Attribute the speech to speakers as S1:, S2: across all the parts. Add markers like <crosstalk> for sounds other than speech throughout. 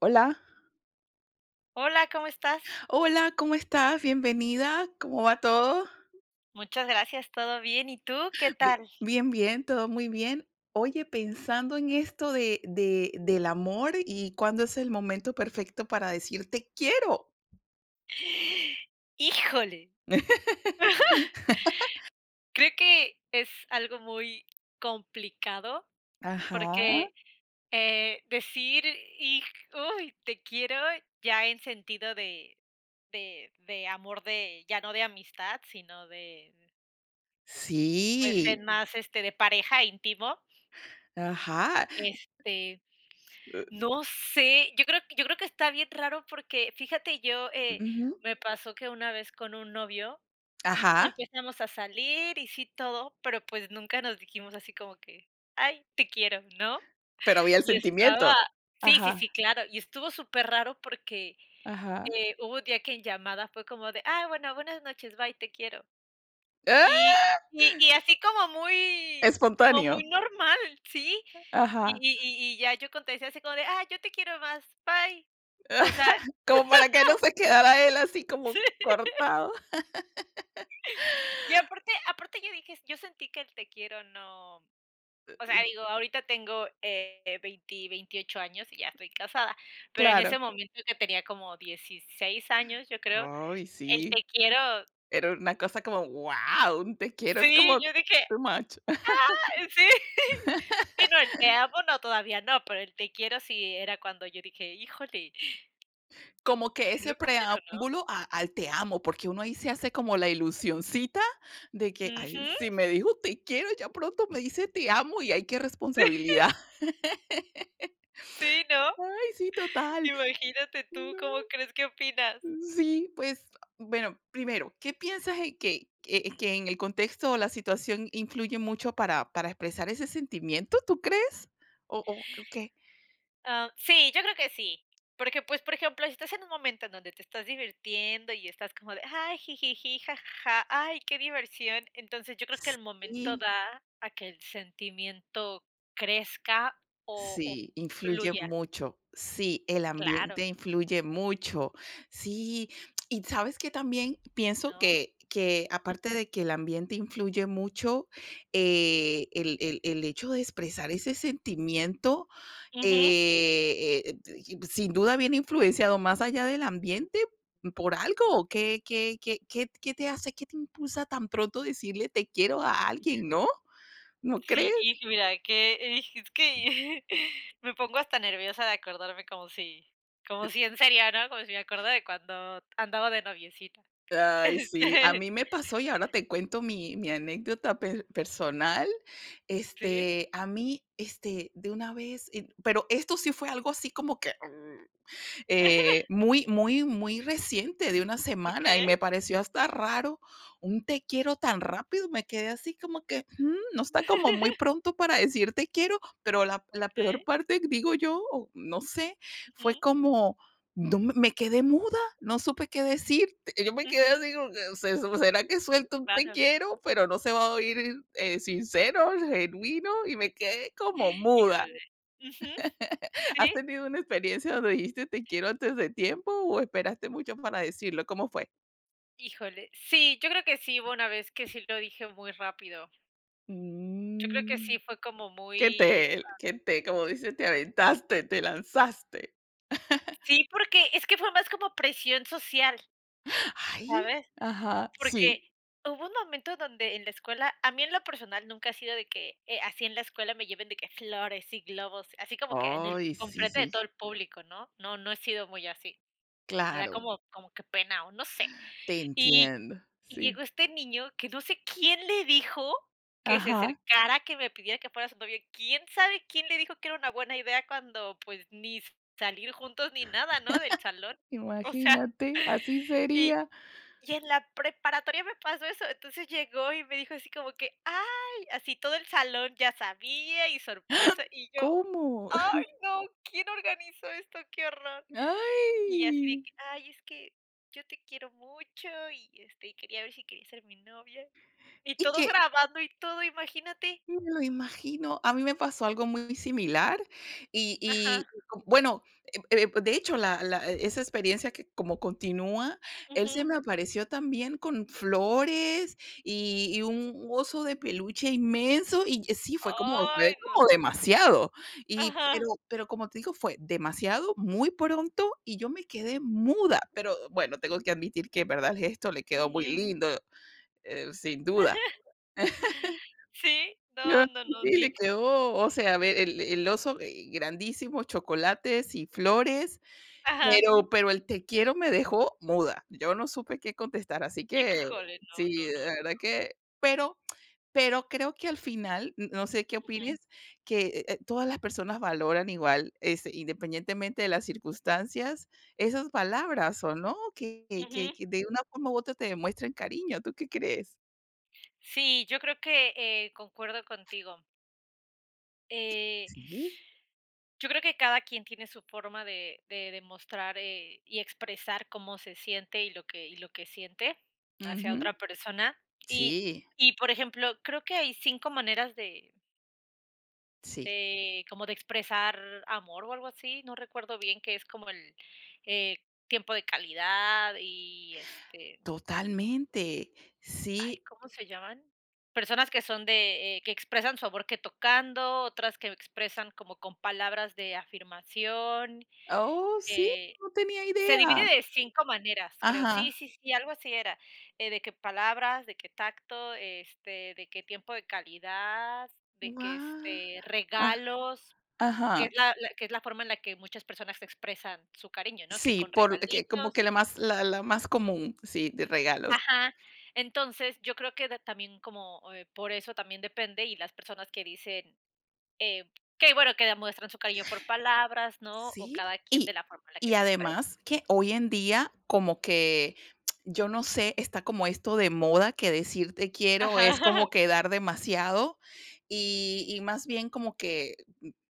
S1: Hola.
S2: Hola, ¿cómo estás?
S1: Hola, ¿cómo estás? Bienvenida. ¿Cómo va todo?
S2: Muchas gracias, todo bien. ¿Y tú qué tal?
S1: Bien, bien, todo muy bien. Oye, pensando en esto del amor y cuándo es el momento perfecto para decir te quiero.
S2: <laughs> Híjole, creo que es algo muy complicado
S1: Ajá.
S2: porque, decir: "Hij uy, te quiero", ya en sentido de amor, de ya no de amistad, sino de, pues, en
S1: Sí,
S2: más, este, de pareja, íntimo,
S1: ajá,
S2: este,
S1: eh,
S2: no sé. Yo creo que está bien raro porque, fíjate, yo,
S1: ujú,
S2: me pasó que una vez con un novio
S1: ajá,
S2: Empezamos a salir y sí todo, pero, pues, nunca nos dijimos así como que: "Ay, te quiero", ¿no?
S1: pero había el
S2: Y estaba,
S1: sentimiento.
S2: sí, sí,
S1: Ajá.
S2: sí, claro, y estuvo súper raro porque,
S1: Ajá.
S2: hubo un día que en llamada fue como de: "Ah, bueno, buenas noches, bye, te quiero".
S1: ¡Ah!
S2: Y y así como muy, como
S1: Espontáneo.
S2: muy normal, sí.
S1: <laughs>
S2: Y
S1: Ajá.
S2: y y y ya yo contesté así como de: "Ah, yo te quiero más, bye". O sea,
S1: Como para que no se quedara él así como
S2: <laughs>
S1: cortado.
S2: y aparte yo dije, yo sentí que el te quiero no. O sea, digo, ahorita tengo, 20, 28 años y ya estoy casada, pero en ese
S1: Claro.
S2: momento que tenía como 16 años, yo creo,
S1: Ay,
S2: el
S1: sí.
S2: te quiero,
S1: Era una cosa como, wow, un te quiero es
S2: sí,
S1: como
S2: yo <laughs> dije,
S1: too much. <laughs>
S2: ah, sí, <laughs> sí, no, el te amo no, todavía no, pero el te quiero sí, era cuando yo dije: "Híjole,
S1: Como que
S2: sí
S1: ese
S2: lo quiero",
S1: preámbulo a al te amo, porque uno ahí se hace como la ilusioncita de que,
S2: ¿no? Ujú,
S1: ay, si me dijo te quiero, ya pronto me dice te amo y hay qué
S2: <laughs>
S1: responsabilidad. <laughs>
S2: sí, ¿no?
S1: Ay, sí, total.
S2: Imagínate tú,
S1: No,
S2: ¿cómo crees? ¿Qué opinas?
S1: sí, pues, bueno, primero, ¿qué piensas en que
S2: Ujú.
S1: en el contexto o la situación influye mucho para expresar ese sentimiento, tú crees? O qué?
S2: Ah, sí, yo creo que sí. Porque, pues, por ejemplo, si estás en un momento en donde te estás divirtiendo y estás como de: "Ay, jijiji, jajaja, ay, qué diversión". Entonces, yo creo que el momento da a que el sentimiento crezca o
S1: Sí, influye
S2: fluya.
S1: mucho. Sí, el
S2: Claro,
S1: ambiente influye mucho. Sí, y sabes que también pienso
S2: ¿no?
S1: que aparte
S2: Ujú.
S1: de que el ambiente influye mucho, el hecho de expresar ese sentimiento,
S2: Ujú. Sí.
S1: y sin duda viene influenciado más allá del ambiente por algo. ¿Qué te hace, qué te impulsa tan pronto decirle te quiero a alguien, no? ¿No crees?
S2: Sí, y mira que es que <laughs> me pongo hasta nerviosa de acordarme como si, como si en serio, ¿no? Como si me acuerdo de cuando andaba de noviecita.
S1: Ay, sí, a mí me
S2: <laughs>
S1: pasó y ahora te cuento mi anécdota personal.
S2: sí.
S1: A mí, de una vez, pero esto sí fue algo así como que
S2: <laughs>
S1: muy, muy, muy reciente, de una semana, y me
S2: Okey.
S1: pareció hasta raro un te quiero tan rápido. Me quedé así como que, "Mm, no está como muy
S2: <laughs>
S1: pronto para decir te quiero, pero la peor
S2: Okey.
S1: parte, digo yo, o no sé, fue
S2: Ujú,
S1: como, no, me quedé muda, no supe qué decir, yo me quedé
S2: ujú,
S1: así, como que, ¿será que suelto un te
S2: claro.
S1: quiero, pero no se va a oír sincero, genuino?" Y me quedé como muda.
S2: Híjole. Ujú,
S1: ¿Has
S2: sí.
S1: tenido una experiencia donde dijiste te quiero antes de tiempo o esperaste mucho para decirlo? ¿Cómo fue?
S2: Híjole. Sí, yo creo que sí hubo una vez que sí lo dije muy rápido. Yo creo que
S1: Mm.
S2: sí fue como
S1: Que
S2: muy,
S1: te que te, como dice, te aventaste, te lanzaste.
S2: sí, porque es que fue más como presión social,
S1: Ay,
S2: ¿sabes?
S1: ajá, sí.
S2: Porque hubo un momento donde en la escuela, a mí en lo personal nunca ha sido de que, así en la escuela me lleven de que flores y globos, así como que en el
S1: Ay, sí,
S2: enfrente de
S1: sí,
S2: todo el público, ¿no? No, no he sido muy así. Me da
S1: claro,
S2: como, como que pena, o no sé.
S1: te
S2: Y
S1: entiendo,
S2: y
S1: sí.
S2: llegó este niño que no sé quién le dijo que se
S1: Ajá,
S2: acercara, que me pidiera que fuera su novia. ¿Quién sabe quién le dijo que era una buena idea cuando, pues, ni s- salir juntos ni nada, ¿no?, del salón? O sea,
S1: imagínate, así
S2: y
S1: sería.
S2: y en la preparatoria me pasó eso. Entonces llegó y me dijo así como que: "Ay", así todo el salón ya sabía, y sorpresa, y yo:
S1: ¿Cómo?
S2: "Ay, no, ¿quién organizó esto? Qué horror".
S1: <laughs>
S2: Y así de
S1: Ay.
S2: que: "Ay, es que yo te quiero mucho y, este, quería ver si quería ser mi novia". Y
S1: Y
S2: todos
S1: que
S2: grabando y todo, imagínate.
S1: me lo imagino. A mí me pasó algo muy similar y,
S2: Ajá,
S1: bueno, de hecho, esa experiencia que como continúa, él se
S2: ujú.
S1: me apareció también con flores y un oso de peluche inmenso y sí, fue como fue
S2: Ay, no.
S1: como demasiado. Y pero
S2: Ajá,
S1: pero como te digo, fue demasiado, muy pronto y yo me quedé muda, pero bueno, tengo que admitir que, verdad, el gesto le quedó muy
S2: ujú.
S1: lindo, sin duda.
S2: <laughs> Sí,
S1: Ah,
S2: no, no, no,
S1: sí,
S2: sí.
S1: le quedó, o sea, a ver, el oso, grandísimo, chocolates y flores,
S2: Ajá.
S1: pero el te quiero me dejó muda. Yo no supe qué contestar, así que
S2: Híjole, no,
S1: sí,
S2: no,
S1: de
S2: no, no.
S1: verdad que pero creo que al final, n no sé qué
S2: Ujú,
S1: opines, que, todas las personas valoran igual, independientemente de las circunstancias, esas palabras, ¿o no? Que que
S2: ujú.
S1: que que de una forma u otra te demuestren cariño, ¿tú qué crees?
S2: Sí, yo creo que, concuerdo contigo. Eh,
S1: Sí.
S2: yo creo que cada quien tiene su forma de demostrar, y expresar cómo se siente y lo que, y lo que siente hacia
S1: Ujú.
S2: otra persona. Y
S1: Sí,
S2: y, por ejemplo, creo que hay 5 maneras
S1: sí.
S2: de como de expresar amor o algo así, no recuerdo bien, que es como el, eh, tiempo de calidad y, este,
S1: Totalmente.
S2: ay,
S1: Sí.
S2: ¿cómo se llaman? Personas que son de, que expresan su amor que tocando, otras que expresan como con palabras de afirmación,
S1: Oh, sí,
S2: eh,
S1: no tenía
S2: se divide
S1: idea.
S2: de 5 maneras, creo. Sí,
S1: Ajá.
S2: sí, sí, algo así era, de qué palabras, de qué tacto, este, de qué tiempo de calidad, de qué
S1: Guau.
S2: este,
S1: Ah,
S2: regalos.
S1: ajá.
S2: Que es la, la que es la forma en la que muchas personas expresan su cariño, ¿no? Que
S1: Sí,
S2: con
S1: por que como que
S2: regalitos,
S1: la más la la más común, sí, de regalos.
S2: ajá. Entonces, yo creo que de también como, por eso también depende, y las personas que dicen, eh, que bueno, que demuestran su cariño por palabras, ¿no? O
S1: Sí,
S2: cada quien de
S1: y
S2: la forma en la
S1: y
S2: que se expresa.
S1: además que hoy en día como que, yo no sé, está como esto de moda que decir te quiero
S2: Ajá.
S1: es como
S2: <laughs>
S1: que dar demasiado, y más bien como que,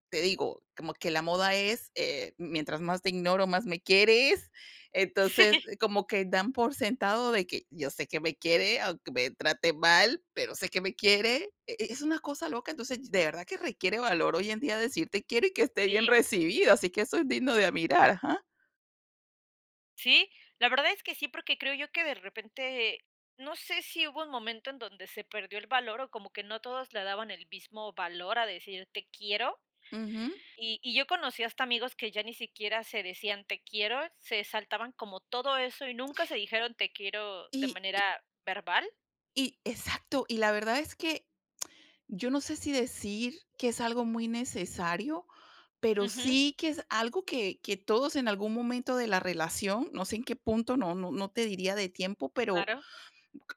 S1: te digo, como que la moda es, mientras más te ignoro, más me quieres. Entonces,
S2: Sí.
S1: como que dan por sentado de que yo sé que me quiere, aunque me trate mal, pero sé que me quiere. Es una cosa loca. Entonces, de verdad que requiere valor hoy en día decir te quiero y que esté bien
S2: Sí,
S1: recibido, así que eso es digno de admirar, ajá.
S2: sí, la verdad es que sí, porque creo yo que de repente, no sé si hubo un momento en donde se perdió el valor, o como que no todos le daban el mismo valor a decir te quiero.
S1: Ujú.
S2: Y yo conocí hasta amigos que ya ni siquiera se decían te quiero, se saltaban como todo eso y nunca se dijeron te quiero de
S1: Y y
S2: manera verbal.
S1: y exacto, y la verdad es que yo no sé si decir que es algo muy necesario, pero
S2: Ujú,
S1: sí que es algo que todos en algún momento de la relación, no sé en qué punto, no te diría de tiempo, pero
S2: claro.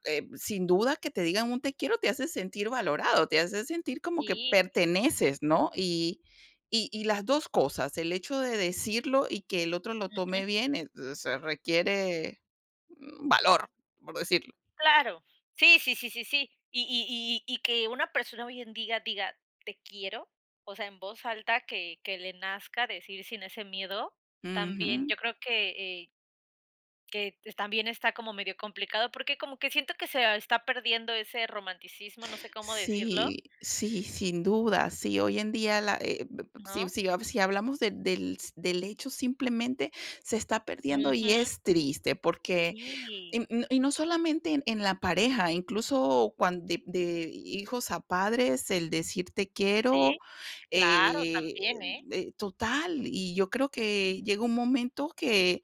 S1: sin duda que te digan un te quiero te hace sentir valorado, te hace sentir como que
S2: Sí,
S1: perteneces, ¿no? Y las dos cosas, el hecho de decirlo y que el otro lo tome
S2: ujú,
S1: bien, se requiere valor, por decirlo.
S2: claro. Sí, sí, sí, sí, sí. Y que una persona hoy en día diga te quiero, o sea, en voz alta, que le nazca decir sin ese miedo, también
S1: Ujú.
S2: yo creo que, también está como medio complicado, porque como que siento que se está perdiendo ese romanticismo, no sé cómo decirlo,
S1: Sí, sí, sin duda, sí, hoy en día la, si,
S2: ¿no?
S1: si hablamos del hecho simplemente se está perdiendo y
S2: Ujú.
S1: es triste porque
S2: Sí,
S1: Y, no solamente en, la pareja, incluso cuando de, hijos a padres, el decir te quiero,
S2: sí, claro,
S1: eh,
S2: también, ¿eh?
S1: total. Y yo creo que llega un momento que,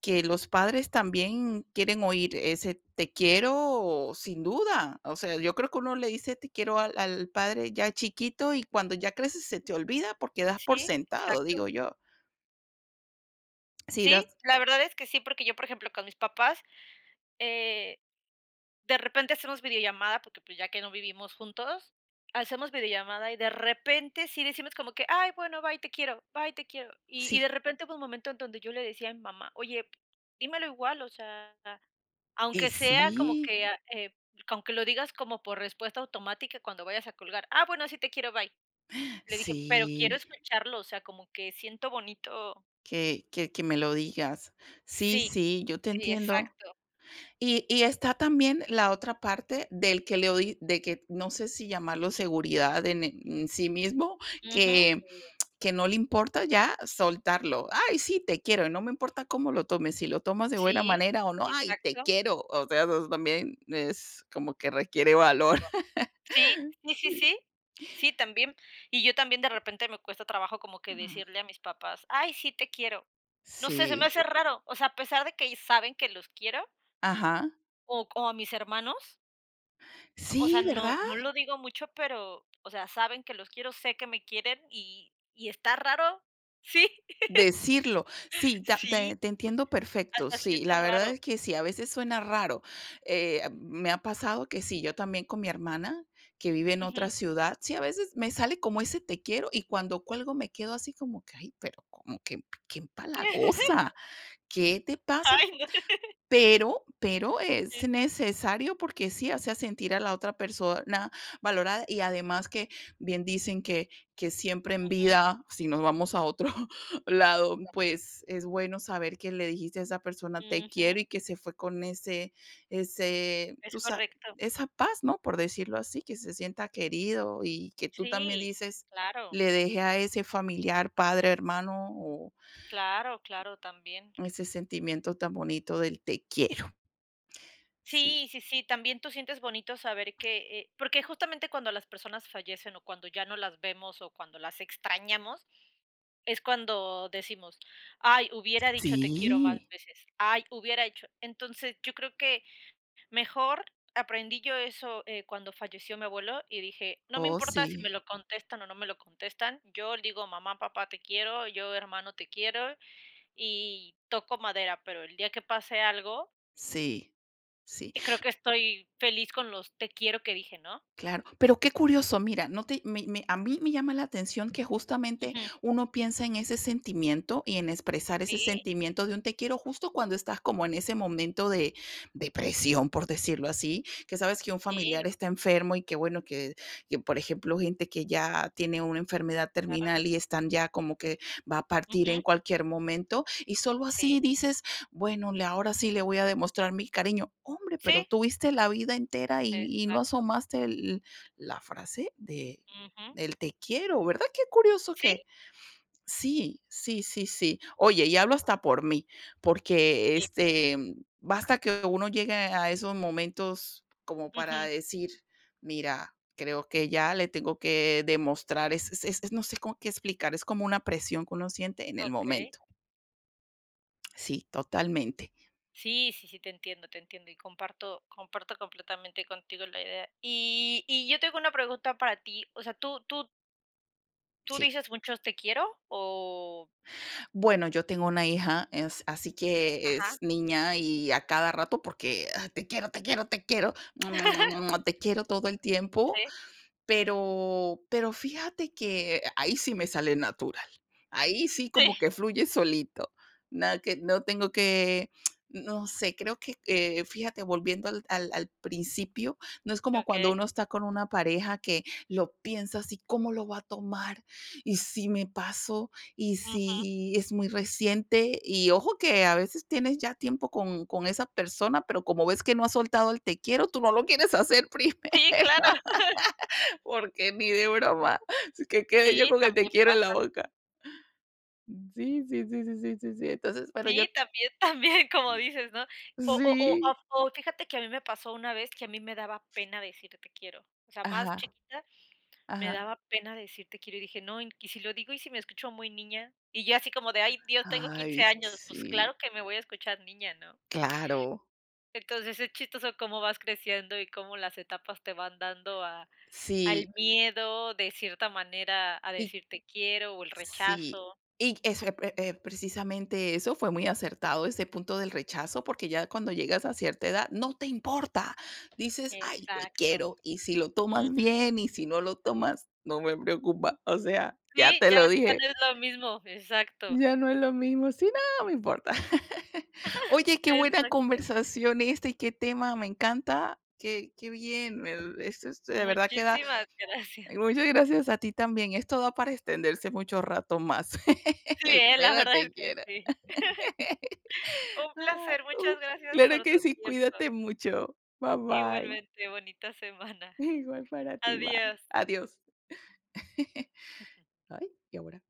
S1: que los padres también quieren oír ese te quiero sin duda. O sea, yo creo que uno le dice te quiero al padre ya chiquito y cuando ya creces se te olvida porque das por
S2: Sí,
S1: sentado, digo
S2: exacto.
S1: yo. Sí,
S2: Sí,
S1: das,
S2: la verdad es que sí, porque yo, por ejemplo, con mis papás, eh, de repente hacemos videollamada, porque, pues, ya que no vivimos juntos, hacemos videollamada y de repente sí decimos como que: "Ay, bueno, bye, te quiero, bye, te quiero". Y
S1: sí,
S2: de repente hubo un momento en donde yo le decía a mi mamá: "Oye, dímelo igual, o sea, aunque sea como
S1: sí,
S2: que, ah, aunque lo digas como por respuesta automática cuando vayas a colgar, ah, bueno, sí, te quiero, bye". Le dije: "Pero quiero
S1: sí.
S2: escucharlo, o sea, como que siento bonito".
S1: Que me lo digas. Sí,
S2: Sí,
S1: sí, yo te
S2: sí,
S1: entiendo.
S2: exacto.
S1: Y está también la otra parte del que le oí de que no sé si llamarlo seguridad en sí mismo,
S2: Ujú.
S1: que que no le importa ya soltarlo. "Ay, sí, te quiero", y no me importa cómo lo tomes, si lo tomas de buena
S2: Sí,
S1: manera o no, "Ay, te
S2: exacto.
S1: quiero". O sea, eso también es como que requiere valor.
S2: Sí, sí, sí, sí.
S1: <laughs>
S2: Sí, también. Y yo también de repente me cuesta trabajo como
S1: Sí.
S2: que decirle a mis papás: "Ay, sí, te quiero". No sé, se me
S1: Sí.
S2: hace raro. O sea, a pesar de que saben que los quiero,
S1: Ajá.
S2: o a mis hermanos, o
S1: Sí,
S2: sea, no
S1: ¿verdad?
S2: no lo digo mucho, pero, o sea, saben que los quiero, sé que me quieren, y está raro. Sí,
S1: Decirlo. Sí,
S2: <laughs>
S1: ta te
S2: sí,
S1: te entiendo perfecto.
S2: hasta
S1: Sí,
S2: siento
S1: la verdad
S2: raro.
S1: es que sí, a veces suena raro. Me ha pasado que sí, yo también con mi hermana, que vive en
S2: Ujú.
S1: otra ciudad, sí, a veces me sale como ese te quiero y cuando cuelgo me quedo así como que, ay, pero como que qué
S2: <laughs>
S1: empalagosa, ¿qué te pasa?
S2: Ay, no.
S1: Pero es
S2: Sé.
S1: necesario porque sí hace sentir a la otra persona valorada y además que bien dicen que siempre en
S2: Ujú,
S1: vida, si nos vamos a otro <laughs> lado, pues es bueno saber que le dijiste a esa persona: "Te
S2: <laughs>
S1: quiero",
S2: ujú,
S1: y que se fue con ese
S2: es
S1: tú sa
S2: correcto.
S1: esa paz, ¿no? Por decirlo así, que se sienta querido y que tú también
S2: Sí,
S1: dices:
S2: claro,
S1: "Le dejé a ese familiar, padre, hermano, o
S2: claro, claro, también.
S1: ese sentimiento tan bonito del 'te quiero'". Sí.
S2: Sí, sí, sí, también tú sientes bonito saber que, porque justamente cuando las personas fallecen, o cuando ya no las vemos, o cuando las extrañamos, es cuando decimos: "Ay, hubiera dicho te quiero más
S1: Sí,
S2: veces. Ay, hubiera hecho". Entonces, yo creo que mejor aprendí yo eso, cuando falleció mi abuelo, y dije: "No me
S1: oh,
S2: importa si me
S1: sí,
S2: lo contestan o no me lo contestan, yo digo: "Mamá, papá, te quiero", yo: "Hermano, te quiero", y toco madera", pero el día que pase algo,
S1: sí, sí,
S2: creo que estoy feliz con los "te quiero" que dije, ¿no?
S1: claro. Pero qué curioso, mira, no te, a mí me llama la atención que justamente
S2: Ujú.
S1: uno piensa en ese sentimiento y en expresar ese
S2: Sí,
S1: sentimiento de un te quiero justo cuando estás como en ese momento de depresión, por decirlo así, que sabes que un familiar
S2: sí,
S1: está enfermo y que bueno, que, por ejemplo, gente que ya tiene una enfermedad
S2: claro.
S1: terminal y están ya como que va a partir en
S2: Ujú.
S1: cualquier momento y solo así
S2: Sí.
S1: dices: "Bueno, le ahora sí le voy a demostrar mi cariño". Hombre, pero
S2: Sí,
S1: tuviste la vida entera y no
S2: exacto.
S1: asomaste el la frase de
S2: Ujú.
S1: el te quiero, ¿verdad? Qué curioso
S2: Sí,
S1: que sí, sí, sí, sí. Oye, y hablo hasta por mí, porque,
S2: sí.
S1: basta que uno llegue a esos momentos como para
S2: Ujú.
S1: decir: "Mira, creo que ya le tengo que demostrar", es no sé cómo qué explicar, es como una presión que uno siente en el
S2: Okey.
S1: momento. Sí, totalmente.
S2: Sí, sí, sí, te entiendo, te entiendo, y comparto completamente contigo la idea. Y yo tengo una pregunta para ti, o sea, ¿tú tú
S1: Sí.
S2: dices muchos te quiero, o?
S1: Bueno, yo tengo una hija, es así que es
S2: Ajá.
S1: niña y a cada rato porque, ah, te quiero, te quiero, te quiero,
S2: <laughs>
S1: <smacks lips> te quiero todo el tiempo,
S2: Sí,
S1: pero fíjate que ahí sí me sale natural. Ahí sí como
S2: sí,
S1: que fluye solito. Nada que no tengo que, no sé, creo que, fíjate, volviendo al principio, no es como cuando
S2: okey,
S1: uno está con una pareja que lo piensa así, ¿cómo lo va a tomar? ¿Y si me paso? ¿Y
S2: ujú.
S1: si es muy reciente? Y ojo que a veces tienes ya tiempo con esa persona, pero como ves que no ha soltado el te quiero, tú no lo quieres hacer <laughs>
S2: Sí,
S1: primero.
S2: claro.
S1: Porque ni de broma, es que quede yo
S2: Sí,
S1: con el te
S2: también <laughs>
S1: quiero en la
S2: pasa.
S1: boca. Sí, sí, sí, sí, sí, sí, sí. Entonces, pero yo
S2: Sí, también, <laughs> también, como dices, ¿no? O o o
S1: sí.
S2: o o fíjate que a mí me pasó una vez que a mí me daba pena decir te quiero, o sea, más
S1: Ajá,
S2: chiquita. Me
S1: ajá.
S2: daba pena decirte quiero, y dije: "No, y si lo digo, y si me escucho muy niña", y yo así como de: "Ay, Dios, tengo
S1: Ay,
S2: 15 años, pues
S1: sí,
S2: claro que me voy a escuchar niña", ¿no?
S1: claro.
S2: Entonces, es chistoso cómo vas creciendo y cómo las etapas te van dando a al
S1: Sí,
S2: miedo, de cierta manera, a
S1: y
S2: decir te quiero, o el
S1: sí.
S2: rechazo.
S1: Y eso, precisamente eso fue muy acertado, ese punto del rechazo, porque ya cuando llegas a cierta edad no te importa. Dices: "Ay, te
S2: Exacto.
S1: quiero", y si lo
S2: Ujú.
S1: tomas bien, y si no lo tomas, no me preocupa. O sea, ya
S2: Sí,
S1: te
S2: ya
S1: lo
S2: ya no
S1: dije.
S2: es lo mismo. Exacto,
S1: Ya no es lo mismo. Sí, no, me importa. <laughs> Oye, qué buena
S2: exacto.
S1: conversación esta y qué tema, me encanta. Qué bien, esto de verdad que da.
S2: Muchísimas gracias.
S1: Muchas gracias a ti también. Esto da para extenderse mucho rato más. <laughs>
S2: Sí,
S1: El
S2: la
S1: tema
S2: verdad es
S1: te
S2: que
S1: quiera.
S2: sí.
S1: <laughs>
S2: Un
S1: Ah,
S2: placer, muchas gracias
S1: claro
S2: por tu
S1: que sí,
S2: tiempo.
S1: cuídate mucho. Bye bye.
S2: Igualmente, bonita semana.
S1: <laughs> Igual para ti, bye.
S2: Adiós.
S1: Adiós. <laughs> Ay, y ahora.